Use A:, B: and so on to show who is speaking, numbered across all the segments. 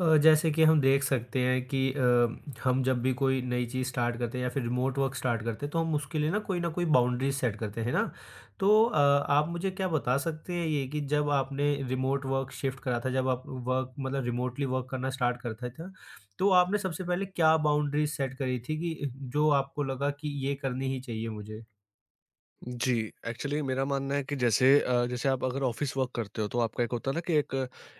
A: जैसे कि हम देख सकते हैं कि हम जब भी कोई नई चीज़ स्टार्ट करते हैं या फिर रिमोट वर्क स्टार्ट करते हैं तो हम उसके लिए ना कोई बाउंड्री सेट करते हैं ना। तो आप मुझे क्या बता सकते हैं ये कि जब आपने रिमोट वर्क शिफ्ट करा था, जब आप वर्क मतलब रिमोटली वर्क करना स्टार्ट करता था, तो आपने सबसे पहले क्या बाउंड्री सेट करी थी कि जो आपको लगा कि ये करनी ही चाहिए मुझे।
B: जी, एक्चुअली मेरा मानना है कि जैसे जैसे आप अगर ऑफ़िस वर्क करते हो तो आपका एक होता है ना कि एक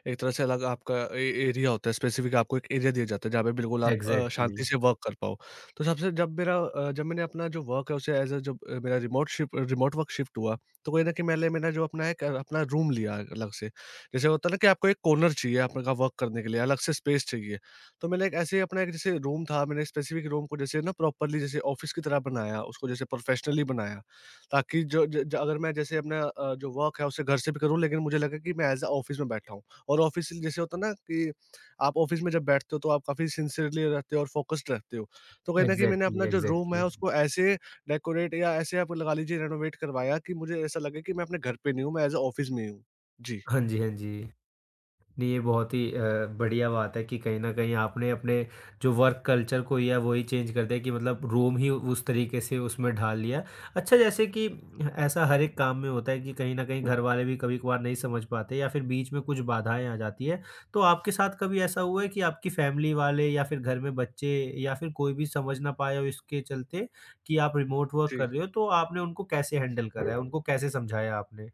B: एक तरह से अलग आपका ए एरिया होता है, स्पेसिफ़िक आपको एक एरिया दिया जाता है जहाँ पे बिल्कुल आप
A: एग्जैक्टली।
B: शांति से वर्क कर पाओ। तो सबसे जब मेरा अ, जब मैंने अपना जो वर्क है उसे एज़ अ जब मेरा रिमोट वर्क शिफ्ट हुआ, तो कहीं न कहीं मैंने मैंने जो अपना एक अपना रूम लिया अलग से। जैसे होता है ना कि आपको एक कॉर्नर चाहिए आपका वर्क करने के लिए, अलग से स्पेस चाहिए। तो मैंने एक ऐसे ही अपना एक जैसे रूम था, मैंने स्पेसिफ़िक रूम को जैसे ना प्रॉपर्ली जैसे ऑफ़िस की तरह बनाया, उसको जैसे प्रोफ़ेशनली बनाया। ताकि जो ज ज अगर मैं जैसे अपना जो वर्क है उसे घर से भी करूँ लेकिन मुझे लगे कि मैं एज़ अ ऑफ़िस में बैठा हूँ। और ऑफ़िस जैसे होता है ना कि आप ऑफ़िस में जब बैठते हो तो आप काफ़ी सिंसियरली रहते हो और फ़ोकस्ड रहते हो। तो कहीं न कहीं मैंने
A: एग्जैक्टली।
B: अपना जो रूम
A: एग्जैक्टली।
B: है उसको ऐसे डेकोरेट या ऐसे आप लगा लीजिए रेनोवेट करवाया कि मुझे ऐसा लगे कि मैं अपने घर पे नहीं हूँ, मैं एज़ अ ऑफ़िस में ही हूँ। जी,
A: हाँ जी, हाँ जी। नहीं, ये बहुत ही बढ़िया बात है कि कहीं न कहीं आपने अपने जो वर्क कल्चर को ही है, वो ही चेंज कर दिया कि मतलब रोम ही उस तरीके से उसमें ढाल लिया। अच्छा, जैसे कि ऐसा हर एक काम में होता है कि कहीं न कहीं घरवाले भी कभी-कभार नहीं समझ पाते या फिर बीच में कुछ बाधाएँ आ जाती हैं। तो आपके साथ कभी ऐसा हुआ है कि आपकी फैमिली वाले या फिर घर में बच्चे या फिर कोई भी समझ ना पाया हो इसके चलते कि आप रिमोट वर्क
B: जी।
A: कर रहे हो, तो आपने उनको कैसे हैंडल करा है? उनको कैसे समझाया आपने?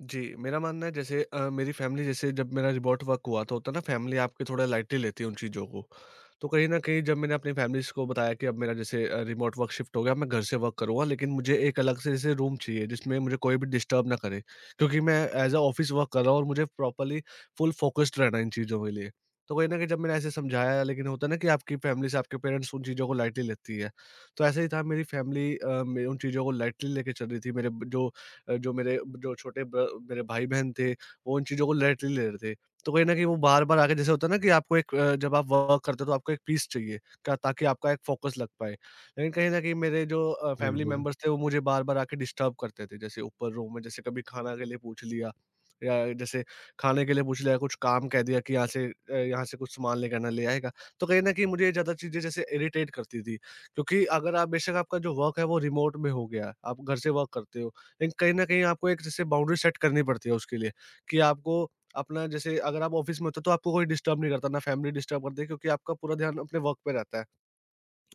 B: जी, मेरा मानना है जैसे मेरी फ़ैमिली जैसे जब मेरा रिमोट वर्क हुआ तो होता है ना फ़ैमिली आपके थोड़ा लाइटली लेती है उन चीज़ों को। तो कहीं न कहीं जब मैंने अपनी फ़ैमिलीज़ को बताया कि अब मेरा जैसे रिमोट वर्क शिफ्ट हो गया, मैं घर से वर्क करूँगा लेकिन मुझे एक अलग से जैसे रूम चाहिए जिसमें मुझे कोई भी डिस्टर्ब ना करे। क्योंकि मैं एज़ अ ऑफ़िस वर्क कर रहा हूँ और मुझे प्रॉपर्ली फुल फ़ोकस्ड रहना है इन चीज़ों के लिए। तो कहीं न कहीं जब मैंने ऐसे समझाया लेकिन होता है ना कि आपकी फ़ैमिली से आपके पेरेंट्स उन चीज़ों को लाइटली लेती है। तो ऐसा ही था मेरी फ़ैमिली अ, मे उन चीज़ों को लाइटली लेके चल रही थी। मेरे ब जो अ, जो मेरे जो छोटे ब्र मेरे भाई-बहन थे, वो उन चीज़ों को लाइटली ले रहे थे। तो कहीं न कहीं वो बार-बार आके जैसे होता है ना कि आपको एक जब आप वर्क करते हो तो आपको एक पीस चाहिए, क्या ताकि आपका एक फ़ोकस लग पाए। लेकिन कहीं न कहीं मेरे जो फैमिली
A: बिल्कुल।
B: मेंबर्स थे, वो मुझे बार-बार आके डिस्टर्ब करते थे। जैसे ऊपर रूम में जैसे कभी खाना के लिए पूछ लिया या जैसे खाने के लिए पूछ लिया, कुछ काम कह दिया कि यहाँ से कुछ सामान लेके आना, ले आएगा। तो कहीं न कहीं मुझे ये ज़्यादा चीज़ें जैसे इरिटेट करती थी, क्योंकि अगर आप बेशक आपका जो वर्क है वो रिमोट में हो गया, आप घर से वर्क करते हो। लेकिन कहीं न कहीं आपको एक जैसे बाउंड्री सेट करनी पड़ती है उसके लिए, कि आपको अपना जैसे अगर आप ऑफ़िस में होते हो तो आपको कोई डिस्टर्ब नहीं करता, ना फैमिली डिस्टर्ब करती है क्योंकि आपका पूरा ध्यान अपने वर्क पे रहता है।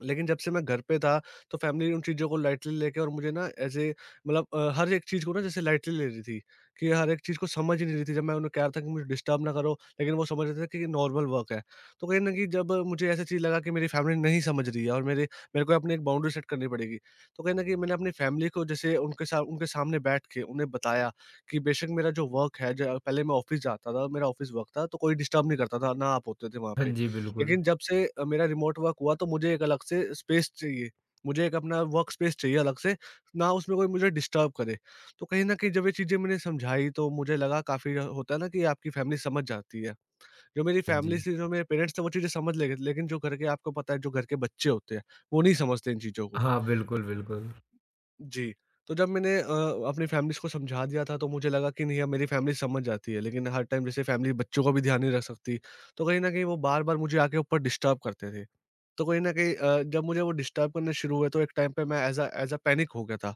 B: लेकिन जब से मैं घर पे था, तो फैमिली उन चीज़ों को लाइटली लेके और मुझे ना ऐसे मतलब हर एक चीज़ को ना जैसे लाइटली ले रही थी, कि हर एक चीज़ को समझ ही नहीं रही थी। जब मैं उन्हें कह रहा था कि मुझे डिस्टर्ब ना करो, लेकिन वो समझ रहे थे कि ये नॉर्मल वर्क है। तो कहीं न कहीं जब मुझे ऐसी चीज़ लगा कि मेरी फैमिली नहीं समझ रही है और मेरे मेरे को अपनी एक बाउंड्री सेट करनी पड़ेगी। तो कहीं न कहीं मैंने अपनी फैमिली को जैसे उनके सामने बैठ के उन्हें बताया कि बेशक मेरा जो वर्क है ज पहले मैं ऑफ़िस जाता था, मेरा ऑफ़िस वर्क था, तो कोई डिस्टर्ब नहीं करता था, ना आप होते थे वहाँ
A: हाँ
B: पे।
A: जी, बिल्कुल।
B: लेकिन जब से मेरा रिमोट वर्क हुआ तो मुझे एक अलग से स्पेस चाहिए। मुझे एक अपना वर्क स्पेस चाहिए अलग से, ना उसमें कोई मुझे डिस्टर्ब करे। तो कहीं न कहीं जब ये चीज़ें मैंने समझाई तो मुझे लगा काफ़ी होता है ना कि आपकी फैमिली समझ जाती है। जो मेरी
A: हाँ
B: फैमिली
A: जी।
B: थी, जो मेरे पेरेंट्स थे वो चीज़ें समझ लेते लेकिन जो घर के आपको पता है जो घर के बच्चे होते हैं, वो नहीं समझते इन चीज़ों को।
A: हाँ, बिल्कुल, बिल्कुल।
B: जी। तो जब मैंने अपनी फैमिलीज़ को समझा दिया था तो मुझे लगा कि नहीं अब मेरी फैमिली समझ जाती है, लेकिन हर टाइम जैसे फैमिली बच्चों का भी ध्यान नहीं रख सकती। तो कहीं न कहीं वो बार-बार मुझे आके ऊपर डिस्टर्ब करते थे। तो कहीं न कहीं जब मुझे वो डिस्टर्ब करने शुरू हुए तो एक टाइम पे मैं एज़ अ पैनिक हो गया था।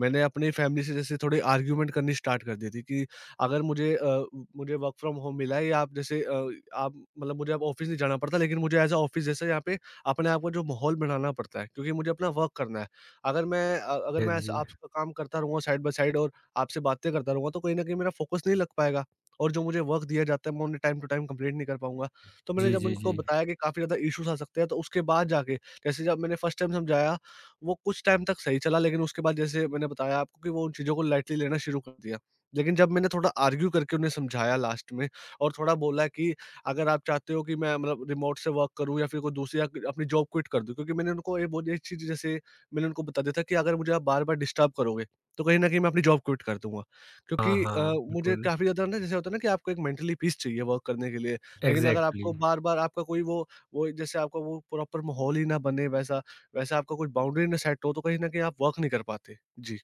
B: मैंने अपनी फैमिली से जैसे थोड़ी आर्गुमेंट करनी स्टार्ट कर दी थी कि अगर मुझे मुझे वर्क फ्रॉम होम मिला है या आप जैसे आप मतलब मुझे अब ऑफ़िस नहीं जाना पड़ता लेकिन मुझे एज़ अ ऑफ़िस जैसे यहाँ पे अपने आप को जो माहौल बनाना पड़ता है, क्योंकि मुझे अपना वर्क करना है। अगर मैं अ, अगर
A: हाँ
B: मैं ऐसा
A: जी।
B: आपका काम करता रहूँगा साइड बाय साइड और आपसे बातें करता रहूँगा तो कहीं न कहीं मेरा फोकस नहीं लग पाएगा और जो मुझे वर्क दिया जाता है मैं उन्हें टाइम टू टाइम कंप्लीट नहीं कर पाऊँगा। तो मैंने
A: जी,
B: जब
A: जी, जी।
B: उनको बताया कि काफ़ी ज़्यादा इश्यूज़ आ सकते हैं तो उसके बाद जाके जैसे जब मैंने फर्स्ट टाइम समझाया वो कुछ टाइम तक सही चला, लेकिन उसके बाद जैसे मैंने बताया आपको कि वो उन चीज़ों को लाइटली लेना शुरू कर दिया। लेकिन जब मैंने थोड़ा आर्ग्यू करके उन्हें समझाया लास्ट में और थोड़ा बोला कि अगर आप चाहते हो कि मैं मतलब रिमोट से वर्क करूँ या फिर कोई दूसरी या अपनी जॉब क्विट कर दूँ, क्योंकि मैंने उनको ये बोल ये चीज़ जैसे मैंने उनको बता दिया था कि अगर मुझे आप बार-बार डिस्टर्ब करोगे, तो कहीं न कहीं मैं अपनी जॉब क्विट कर दूँगा। क्योंकि
A: हाँ, हाँ,
B: मुझे
A: बिल्कुल।
B: काफ़ी ज़्यादा ना जैसे होता है ना कि आपको एक मेंटली पीस चाहिए वर्क करने के लिए। लेकिन अगर
A: एग्ज़ैक्टली।
B: आपको बार-बार आपका कोई वो जैसे आपका वो प्रॉपर माहौल ही ना बने, वैसा वैसा आपका कोई बाउंड्री ना सेट हो, तो कहीं न कहीं आप वर्क नहीं कर पाते। जी।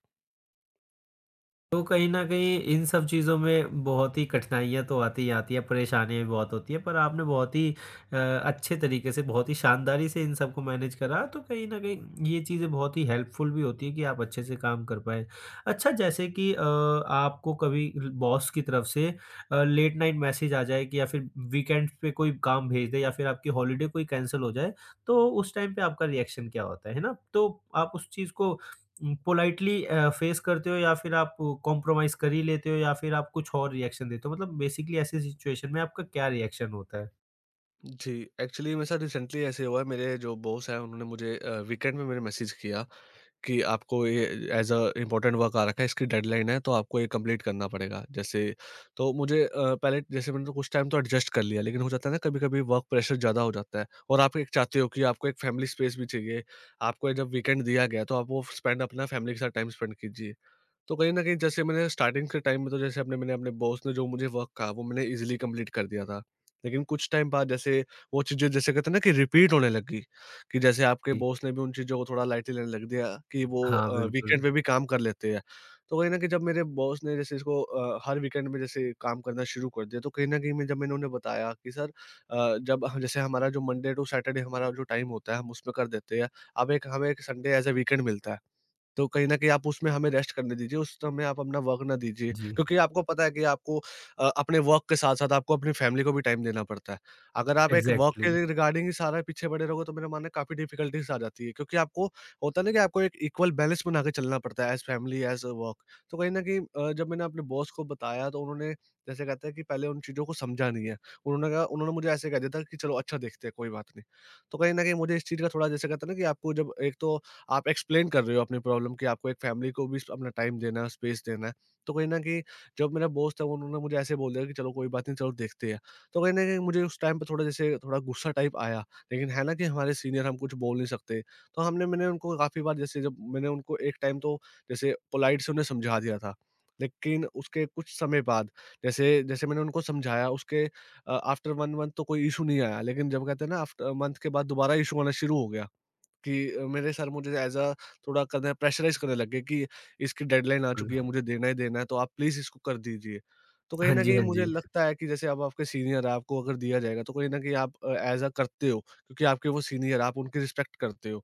A: तो कहीं न कहीं इन सब चीज़ों में बहुत ही कठिनाइयाँ तो आती ही आती है, परेशानियाँ भी बहुत होती हैं, पर आपने बहुत ही अ, अच्छे तरीके से, बहुत ही शानदारी से इन सबको मैनेज करा, तो कहीं न कहीं ये चीज़ें बहुत ही हेल्पफुल भी होती हैं कि आप अच्छे से काम कर पाएँ। अच्छा, जैसे कि आपको कभी ल बॉस की तरफ से लेट नाइट मैसेज आ जाए कि या फिर वीकेंड पे कोई काम भेज दे या फिर आपकी हॉलिडे कोई कैंसल हो जाए, तो उस टाइम पे आपका रिएक्शन क्या होता है? है ना? तो आप उस चीज़ को पोलाइटली फेस करते हो या फिर आप कॉम्प्रोमाइज़ कर ही लेते हो या फिर आप कुछ और रिएक्शन देते हो? मतलब बेसिकली ऐसी सिचुएशन में आपका क्या रिएक्शन होता है?
B: जी, एक्चुअली मेरे साथ रिसेंटली ऐसे हुआ है, मेरे जो बॉस हैं उन्होंने मुझे वीकेंड में मैंने मैसेज किया कि आपको ये एज़ अ इम्पोर्टेंट वर्क आ रखा है, इसकी डेडलाइन है, तो आपको ये कंप्लीट करना पड़ेगा। जैसे तो मुझे पहले जैसे मैंने तो कुछ टाइम तो एडजस्ट कर लिया, लेकिन हो जाता है ना कभी-कभी वर्क प्रेशर ज़्यादा हो जाता है और आप एक चाहते हो कि आपको एक फैमिली स्पेस भी चाहिए। आपको जब वीकेंड दिया गया है, तो आप वो स्पेंड अपना फैमिली के साथ टाइम स्पेंड कीजिए। तो कहीं न कहीं जैसे मैंने स्टार्टिंग के टाइम में तो जैसे अपने मैंने अपने बॉस ने जो मुझे वर्क कहा वो मैंने ईज़िली कंप्लीट कर दिया था। लेकिन कुछ टाइम बाद जैसे वो चीज़ें जैसे कहते हैं ना कि रिपीट होने लगी कि जैसे आपके
A: जी।
B: बॉस ने भी उन चीज़ों को थोड़ा लाइटली लेने लग दिया कि वो
A: हाँ, बिल्कुल।
B: वीकेंड पे भी काम कर लेते हैं। तो कहीं न कहीं जब मेरे बॉस ने जैसे इसको हर वीकेंड में जैसे काम करना शुरू कर दिया तो कहीं न कहीं मैं जब मैंने उन्हें बताया कि सर, जब ह जैसे हमारा जो मंडे टू सैटरडे हमारा जो टाइम होता है हम उसमें कर देते हैं। अब एक हमें एक संडे एज़ अ वीकेंड मिलता है। तो कहीं न कहीं आप उसमें हमें रेस्ट करने दीजिए, उस समय आप अपना वर्क ना दीजिए।
A: जी,
B: क्योंकि आपको पता है कि आपको अपने वर्क के साथ-साथ आपको अपनी फैमिली को भी टाइम देना पड़ता है। अगर आप एक वर्क
A: एग्ज़ैक्टली,
B: के रिगार्डिंग ही सारा पीछे पड़े रहोगे, तो मेरा मानना है काफ़ी डिफ़िकल्टीज़ आ जाती है। क्योंकि आपको होता है ना कि आपको एक इक्वल बैलेंस बना के चलना पड़ता है, एज़ फैमिली, एज़ वर्क। तो कहीं न कहीं जब मैंने अपने बॉस को बताया, तो उन्होंने जैसे कहते हैं कि पहले उन चीज़ों को समझा नहीं है। उन्होंने कहा उन्होंने मुझे ऐसे कह दिया था कि, "चलो अच्छा देखते हैं, कोई बात नहीं।" तो कहीं न कहीं मुझे इस चीज़ का थोड़ा जैसे कहते हैं ना कि आपको जब एक तो आप एक्सप्लेन कर रहे हो अपनी प्रॉब्लम कि आपको एक फैमिली को भी अपना टाइम देना है, स्पेस देना है। तो कहीं न कहीं जब मेरा बॉस था उन्होंने मुझे ऐसे बोल दिया कि चलो कोई बात नहीं, चलो देखते हैं। तो कहीं न कहीं मुझे उस टाइम पे थोड़ा जैसे थोड़ा गुस्सा टाइप आया, लेकिन है ना कि हमारे सीनियर हम कुछ बोल नहीं सकते। तो हमने मैंने उनको काफ़ी बार जैसे जब मैंने उनको एक टाइम तो जैसे पोलाइट से उन्हें समझा दिया था। लेकिन उसके कुछ समय बाद जैसे जैसे मैंने उनको समझाया उसके आफ्टर 1 मंथ तो कोई इश्यू नहीं आया, लेकिन जब कहते हैं ना आफ्टर मंथ के बाद दोबारा इश्यू आना शुरू हो गया। कि मेरे सर मुझे एज़ अ थोड़ा करने प्रेशराइज़ करने लग गए कि इसकी डेडलाइन आ चुकी है,
A: बिल्कुल।
B: मुझे देना ही देना है, तो आप प्लीज़ इसको कर दीजिए। तो कहीं
A: हाँ
B: न
A: जी,
B: कहीं
A: हाँ
B: मुझे
A: जी।
B: लगता है कि जैसे अब आपके सीनियर हैं, आपको अगर दिया जाएगा तो कहीं न कहीं आप एज़ अ करते हो, क्योंकि आपके वो सीनियर हैं, आप उनकी रिस्पेक्ट करते हो।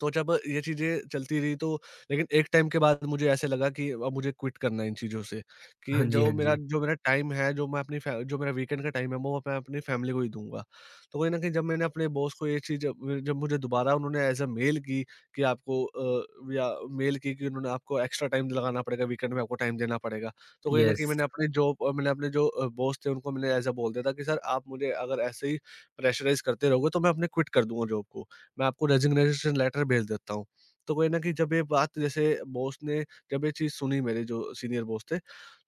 B: तो जब ये चीज़ें चलती रही, तो लेकिन एक टाइम के बाद मुझे ऐसे लगा कि अब मुझे क्विट करना है इन चीज़ों से,
A: हाँ
B: कि
A: जी, हाँ
B: जो मेरा
A: जी।
B: जो मेरा टाइम है, जो मैं अपनी फै जो मेरा वीकेंड का टाइम है, वो मैं अपनी फैमिली को ही दूँगा। तो कहीं न कहीं जब मैंने अपने बॉस को ये चीज़, जब जब मुझे दोबारा उन्होंने एज़ अ मेल की कि आपको या मेल की कि उन्होंने आपको एक्स्ट्रा टाइम लगाना पड़ेगा, वीकेंड में आपको टाइम देना पड़ेगा। तो कहीं न
A: येस।
B: कहीं मैंने अपनी जॉब, मैंने अपने बॉस थे उनको मैंने एज़ अ बोल दिया था कि सर, आप मुझे अगर ऐसे ही प्रेशराइज़ करते रहोगे तो मैं अपने क्विट कर दूँगा जॉब को। मैं आपको रेजिग्नेशन लेटर भेज देता हूँ। तो कहीं न कहीं जब ये बात, जैसे बॉस ने जब ये चीज़ सुनी, मेरे जो सीनियर बॉस थे,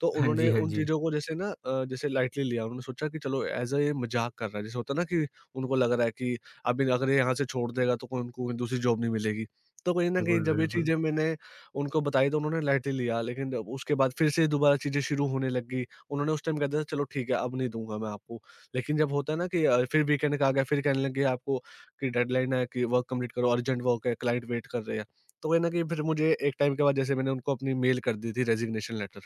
B: तो
A: हाँ
B: उन्होंने
A: जी, हाँ
B: उन
A: जी।
B: चीज़ों को जैसे ना, जैसे लाइटली लिया। उन्होंने सोचा कि चलो, ऐज़ अ ये मज़ाक कर रहा है। जैसे होता है ना कि उनको लग रहा है कि अभी अगर ये यहाँ से छोड़ देगा तो कोई उनको दूसरी जॉब नहीं मिलेगी। तो कहीं न कहीं
A: बिल्कुल,
B: जब ये
A: बिल्कुल।
B: चीज़ें मैंने उनको बताई तो उन्होंने लाइटली लिया। लेकिन जब उसके बाद फिर से दोबारा चीज़ें शुरू होने लगी। उन्होंने उस टाइम कहा था, चलो ठीक है, अब नहीं दूँगा मैं आपको। लेकिन जब होता है ना कि फिर वीकेंड का आ गया, फिर कहने लगे आपको कि डेडलाइन है, कि वर्क कंप्लीट करो, अर्जेंट वर्क है, क्लाइंट वेट कर रहे हैं। तो कहीं न कहीं फिर मुझे एक टाइम के बाद, जैसे मैंने उनको अपनी मेल कर दी थी, रेज़िग्नेशन लेटर।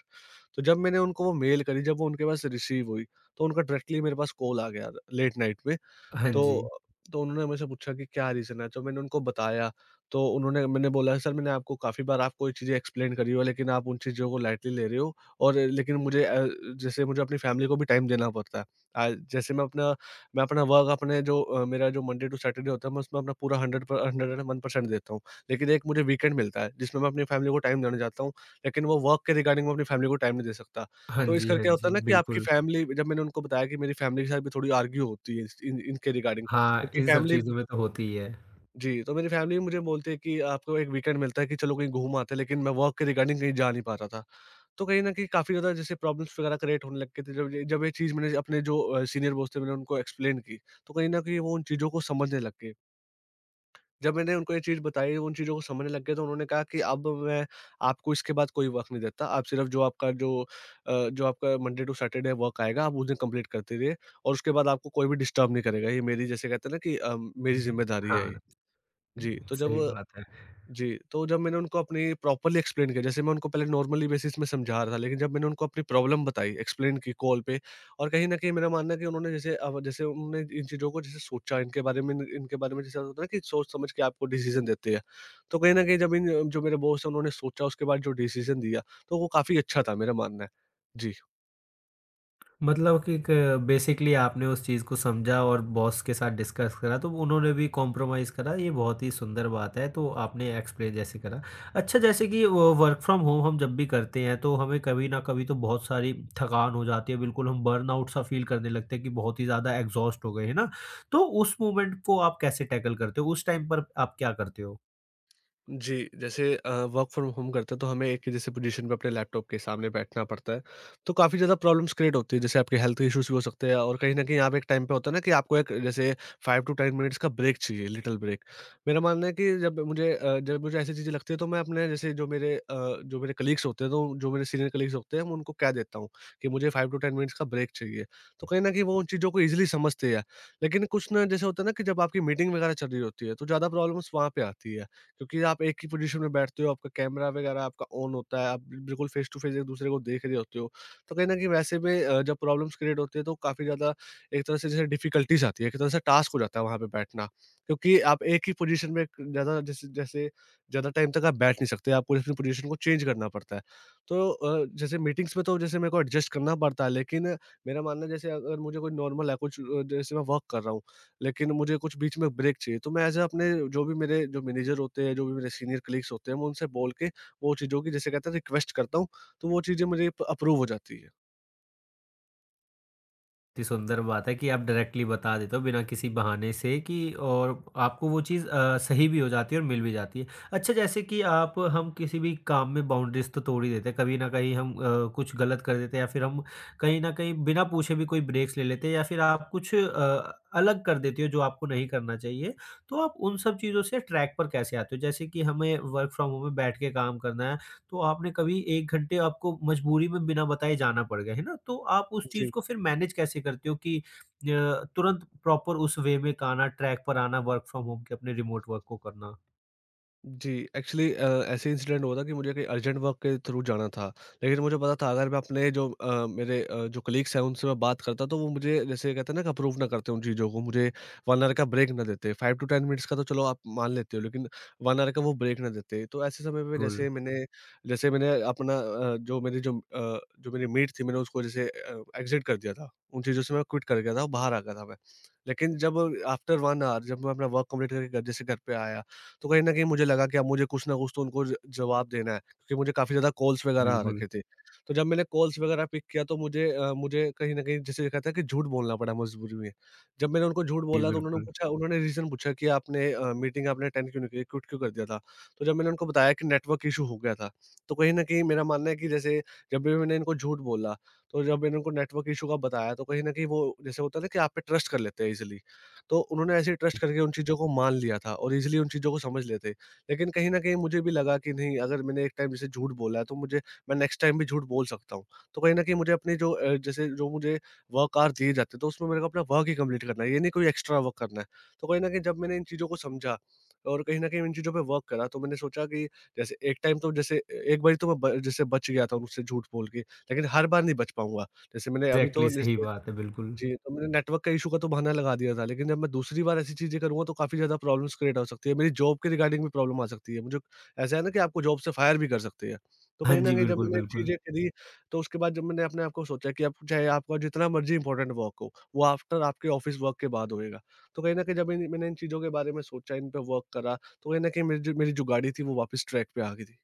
B: तो जब मैंने उनको वो मेल करी, जब वो उनके पास रिसीव हुई, तो उनका डायरेक्टली मेरे पास कॉल आ गया, लेट नाइट में।
A: हाँ जी।
B: तो तो उन्होंने मुझसे पूछा कि क्या रीज़न है? तो मैंने उनको बताया, तो उन्होंने, मैंने बोला सर, मैंने आपको काफ़ी बार आपको ये चीज़ें एक्सप्लेन करी हो, लेकिन आप उन चीज़ों को लाइटली ले रहे हो और लेकिन मुझे जैसे मुझे अपनी फैमिली को भी टाइम देना पड़ता है। जैसे मैं अपना वर्क, अपने मेरा जो मंडे टू सैटरडे होता है, मैं उसमें अपना पूरा 100 प 101% देता हूँ। लेकिन एक मुझे वीकेंड मिलता है, जिसमें मैं अपनी फैमिली को टाइम देना चाहता हूँ, लेकिन वो वर्क के रिगार्डिंग मैं अपनी फैमिली को टाइम नहीं दे सकता।
A: हाँ
B: तो इस
A: जी, हाँ
B: करके होता है
A: जी,
B: ना कि आपकी
A: बिल्कुल।
B: फैमिली, जब मैंने उनको बताया कि मेरी फैमिली के साथ भी थोड़ी आर्ग्यू होती है इस इन इनके रिगार्डिंग,
A: हाँ,
B: क्योंकि
A: इन सब
B: फैमिली,
A: चीज़ों में तो होती ही है।
B: जी, तो मेरी फैमिली भी मुझे बोलती है कि आपको एक वीकेंड मिलता है, कि चलो कहीं घूम आते हैं, लेकिन मैं वर्क के रिगार्डिंग कहीं जा नहीं पा रहा था। तो कहीं न कहीं काफ़ी ज़्यादा जैसे प्रॉब्लम्स वगैरह क्रिएट होने लग गए थे, जब ये चीज़ मैंने अपने सीनियर बॉस थे, मैंने उनको एक्सप्लेन की, तो कहीं न कहीं वो उन चीज़ों को समझने लग गए। जब मैंने उनको ये चीज़ बताई, उन चीज़ों को समझने लग गए, तो उन्होंने कहा कि अब मैं आपको इसके बाद कोई वर्क नहीं देता, आप सिर्फ़ जो आपका मंडे टू सैटरडे वर्क आएगा, आप उस दिन कंप्लीट करते रहिए, और उसके बाद आपको कोई भी डिस्टर्ब नहीं करेगा। ये मेरी, जैसे कहते हैं ना कि मेरी
A: हुँ।
B: ज़िम्मेदारी है ये।
A: हाँ,
B: जी, तो
A: सही
B: जब
A: बात है।
B: जी, तो जब मैंने उनको अपनी प्रॉपर्ली एक्सप्लेन किया, जैसे मैं उनको पहले नॉर्मली बेसिस में समझा रहा था, लेकिन जब मैंने उनको अपनी प्रॉब्लम बताई, एक्सप्लेन की कॉल पे, और कहीं न कहीं मेरा मानना है कि उन्होंने जैसे अब, जैसे उन्होंने इन चीज़ों को जैसे सोचा, इनके बारे में जैसे होता है ना कि सोच-समझ के आपको डिसीज़न देते हैं। तो कहीं न कहीं जब इन, जो मेरे बॉस हैं, उन्होंने सोचा उसके बाद जो डिसीज़न दिया, तो वो काफ़ी अच्छा था, मेरा मानना है। जी।
A: मतलब कि बेसिकली आपने उस चीज़ को समझा और बॉस के साथ डिस्कस करा, तो उन्होंने भी कॉम्प्रोमाइज़ करा। ये बहुत ही सुंदर बात है, तो आपने एक्सप्लेन जैसे करा। अच्छा, जैसे कि वर्क फ्रॉम होम हम जब भी करते हैं तो हमें कभी ना कभी तो बहुत सारी थकान हो जाती है, बिल्कुल हम बर्नआउट सा फील करने लगते हैं कि बहुत ही ज़्यादा एग्जॉस्ट हो गए, है ना? तो उस मोमेंट को आप कैसे टैकल करते हो? उस टाइम पर आप क्या करते हो?
B: जी, जैसे वर्क फ्रॉम होम करते हैं तो हमें एक ही जैसे पोजीशन पे अपने लैपटॉप के सामने बैठना पड़ता है, तो काफ़ी ज़्यादा प्रॉब्लम्स क्रिएट होती है, जैसे आपके हेल्थ इश्यूज़ भी हो सकते हैं, और कहीं न कहीं आप एक टाइम पे, होता है ना कि आपको एक जैसे 5 टू 10 मिनट्स का ब्रेक चाहिए, लिटिल ब्रेक। मेरा मानना है कि जब मुझे, जब मुझे ऐसी चीज़ें लगती है, तो मैं अपने जैसे जो मेरे, जो मेरे कलीग्स होते हैं, तो जो मेरे सीनियर कलीग्स होते हैं, मैं उनको कह देता हूँ कि मुझे 5 टू 10 मिनट्स का ब्रेक चाहिए, तो कहीं न कहीं वो उन चीज़ों को ईज़िली समझते हैं। लेकिन कुछ ना, जैसे होता है ना कि जब आपकी मीटिंग वगैरह चल रही होती है, तो ज़्यादा प्रॉब्लम्स वहाँ पे आती है। क्योंकि आप एक ही पोजीशन में बैठते हो, आपका कैमरा वगैरह आपका ऑन होता है, आप बिल्कुल फेस टू फेस एक-दूसरे को देख रहे होते हो। तो कहीं न कहीं वैसे में, जब प्रॉब्लम्स क्रिएट होती है, तो काफ़ी ज़्यादा एक तरह से जैसे डिफ़िकल्टीज़ आती है, एक तरह से टास्क हो जाता है वहाँ पे बैठना। क्योंकि आप एक ही पोजीशन में ज़्यादा, जैसे जैसे ज़्यादा टाइम तक आप बैठ नहीं सकते, आपको अपनी पोजीशन को चेंज करना पड़ता है। तो जैसे मीटिंग्स में तो जैसे मेरे को एडजस्ट करना पड़ता है, लेकिन मेरा मानना है जैसे अगर मुझे कोई नॉर्मल है कुछ, जैसे मैं वर्क कर रहा हूँ, लेकिन मुझे कुछ बीच में ब्रेक चाहिए। तो मैं ऐसे अपने जो भी मेरे जो मैनेजर होते हैं, जो भी मेरे सीनियर कलीग्स होते हैं, मैं उनसे बोल के वो चीज़ों की, जैसे कहते हैं, रिक्वेस्ट करता हूँ, तो वो चीज़ें मुझे प अप्रूव हो जाती
A: इतनी सुंदर बात है कि आप डायरेक्टली बता देते हो बिना किसी बहाने से कि और आपको वो चीज़ सही भी हो जाती है और मिल भी जाती है। अच्छा, जैसे कि आप हम किसी भी काम में बाउंड्रीज़ तो तोड़ ही देते हैं, कभी न कहीं हम कुछ गलत कर देते हैं या फिर हम कहीं न कहीं बिना पूछे भी कोई ब्रेक्स ले लेते हैं या फिर आप कुछ अलग कर देते हो जो आपको नहीं करना चाहिए। तो आप उन सब चीज़ों से ट्रैक पर कैसे आते हो? जैसे कि हमें वर्क फ्रॉम होम में बैठ के काम करना है। तो आपने कभी 1 घंटे आपको मजबूरी में बिना बताए जाना पड़ गया, है ना? तो आप उस चीज़
B: है।
A: को फिर मैनेज कैसे करते हो कि तुरंत प्रॉपर उस वे में आना, ट्रैक पर आना, वर्क फ्रॉम होम के अपने रिमोट वर्क को करना?
B: जी, एक्चुअली, ऐसे इंसिडेंट हुआ था कि मुझे कहीं अर्जेंट वर्क के थ्रू जाना था। लेकिन मुझे पता था अगर मैं अपने, मेरे, जो कलीग्स हैं, उनसे मैं बात करता तो वो मुझे, जैसे कहते हैं ना कि अप्रूव ना करते उन चीज़ों को, मुझे 1 आवर का ब्रेक ना देते। 5 टू 10 मिनट्स का तो चलो आप मान लेते हो, लेकिन 1 आवर का वो ब्रेक ना देते। तो ऐसे समय पे,
A: बिल्कुल,
B: जैसे मैंने अपना, जो मेरी, जो मेरी मीट थी, मैंने उसको जैसे एग्ज़िट कर दिया था। उन चीज़ों से मैं क्विट कर गया था, बाहर आ गया था मैं। लेकिन जब आफ्टर 1 आवर, जब मैं अपना वर्क कंप्लीट करके घर, जैसे घर पे आया, तो कहीं न कहीं मुझे लगा कि अब मुझे कुछ ना कुछ तो उनको ज जवाब देना है, क्योंकि मुझे काफ़ी ज़्यादा कॉल्स वगैरह आ
A: बिल्कुल।
B: रखे थे। तो जब मैंने कॉल्स वगैरह पिक किया, तो मुझे, मुझे कहीं न कहीं, जैसे कहते हैं, कि झूठ बोलना पड़ा मजबूरी में। जब मैंने उनको झूठ
A: जी,
B: बोला, तो उन्होंने
A: बिल्कुल।
B: पूछा, उन्होंने रीज़न पूछा कि आपने, मीटिंग आपने अटेंड क्यों नहीं की, क्विट क्यों कर दिया था? तो जब मैंने उनको बताया कि नेटवर्क इश्यू हो गया था, तो कहीं न कहीं मेरा मानना है कि, जैसे जब भी मैंने इनको झूठ बोला, तो जब मैंने उनको नेटवर्क इश्यू का बताया, तो कहीं न कहीं वो, जैसे होता है ना कि आप पे ट्रस्ट कर लेते हैं ईज़िली। तो उन्होंने ऐसे ही ट्रस्ट करके उन चीज़ों को मान लिया था और ईज़िली उन चीज़ों को समझ लेते। लेकिन कहीं न कहीं मुझे भी लगा कि नहीं, अगर मैंने एक टाइम जैसे झूठ बोला है, तो मुझे, मैं नेक्स्ट टाइम भी झूठ बोल सकता हूँ। तो कहीं न कहीं मुझे अपनी, जैसे जो मुझे वर्क आवर दिए जाते हैं, तो उसमें मेरे को अपना वर्क ही कंप्लीट करना है, ये नहीं कोई एक्स्ट्रा वर्क करना है। तो कहीं न कहीं जब मैंने इन चीज़ों को समझा, और कहीं न कहीं इन चीज़ों पे वर्क करा, तो मैंने सोचा कि, जैसे एक टाइम तो, जैसे एक बारी तो मैं ब जैसे बच गया था, मुझसे झूठ बोल के, लेकिन हर बार नहीं बच पाऊँगा। जैसे मैंने अभी
A: एग्ज़ैक्टली
B: तो
A: सही
B: जैसे,
A: बात है, बिल्कुल।
B: जी, तो मैंने नेटवर्क का इश्यू का तो बहाना लगा दिया था, लेकिन जब मैं दूसरी बार ऐसी चीज़ें करूँगा, तो काफ़ी ज़्यादा प्रॉब्लम्स क्रिएट हो सकती है। मेरी जॉब के रिगार्डिंग भी प्रॉब्लम आ सकती है। मुझे, ऐसा है ना कि आपको जॉब से फायर भी कर सकते हैं। तो
A: हाँ
B: कहीं न
A: जी,
B: कहीं जब
A: बिल्कुल,
B: मैंने
A: बिल्कुल।
B: चीज़ें करी, तो उसके बाद जब मैंने अपने आप को सोचा कि अब चाहे आपका जितना मर्ज़ी इम्पोर्टेंट वर्क हो, वो आफ्टर आपके ऑफ़िस वर्क के बाद होएगा। तो कहीं न कहीं जब इन, मैंने इन चीज़ों के बारे में सोचा, इन पे वर्क करा, तो कहीं न कहीं मेरी, जो गाड़ी थी, वो वापस ट्रैक पे आ गई थी।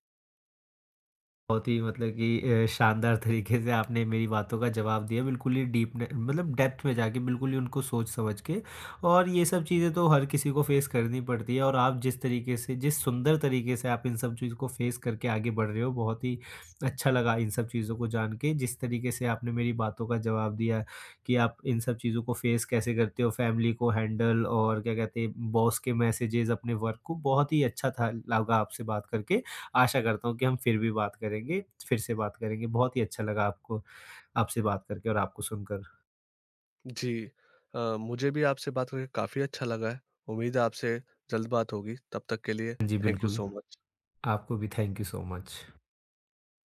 A: बहुत ही मतलब कि शानदार तरीके से आपने मेरी बातों का जवाब दिया। बिल्कुल ही डीप ने मतलब डेप्थ में जाके बिल्कुल ही उनको सोच समझ के, और ये सब चीज़ें तो हर किसी को फ़ेस करनी पड़ती है, और आप जिस तरीके से, जिस सुंदर तरीके से आप इन सब चीज़ को फ़ेस करके आगे बढ़ रहे हो, बहुत ही अच्छा लगा इन सब चीज़ों को जान के। जिस तरीके से आपने मेरी बातों का जवाब दिया कि आप इन सब चीज़ों को फ़ेस कैसे करते हो, फ़ैमिली को हैंडल, और क्या कहते हैं बॉस के मैसेजेज़, अपने वर्क को, बहुत ही अच्छा था लगा आपसे बात करके। आशा करता हूँ कि हम फिर भी बात करेंगे, फिर से बात करेंगे। बहुत ही अच्छा लगा आपको आपसे बात करके और आपको सुनकर।
B: जी। मुझे भी आपसे बात करके काफ़ी अच्छा लगा है। उम्मीद है आपसे जल्द बात होगी। तब तक के लिए
A: जी,
B: थैंक यू
A: बिल्कुल।
B: So much.
A: आपको भी थैंक यू सो मच।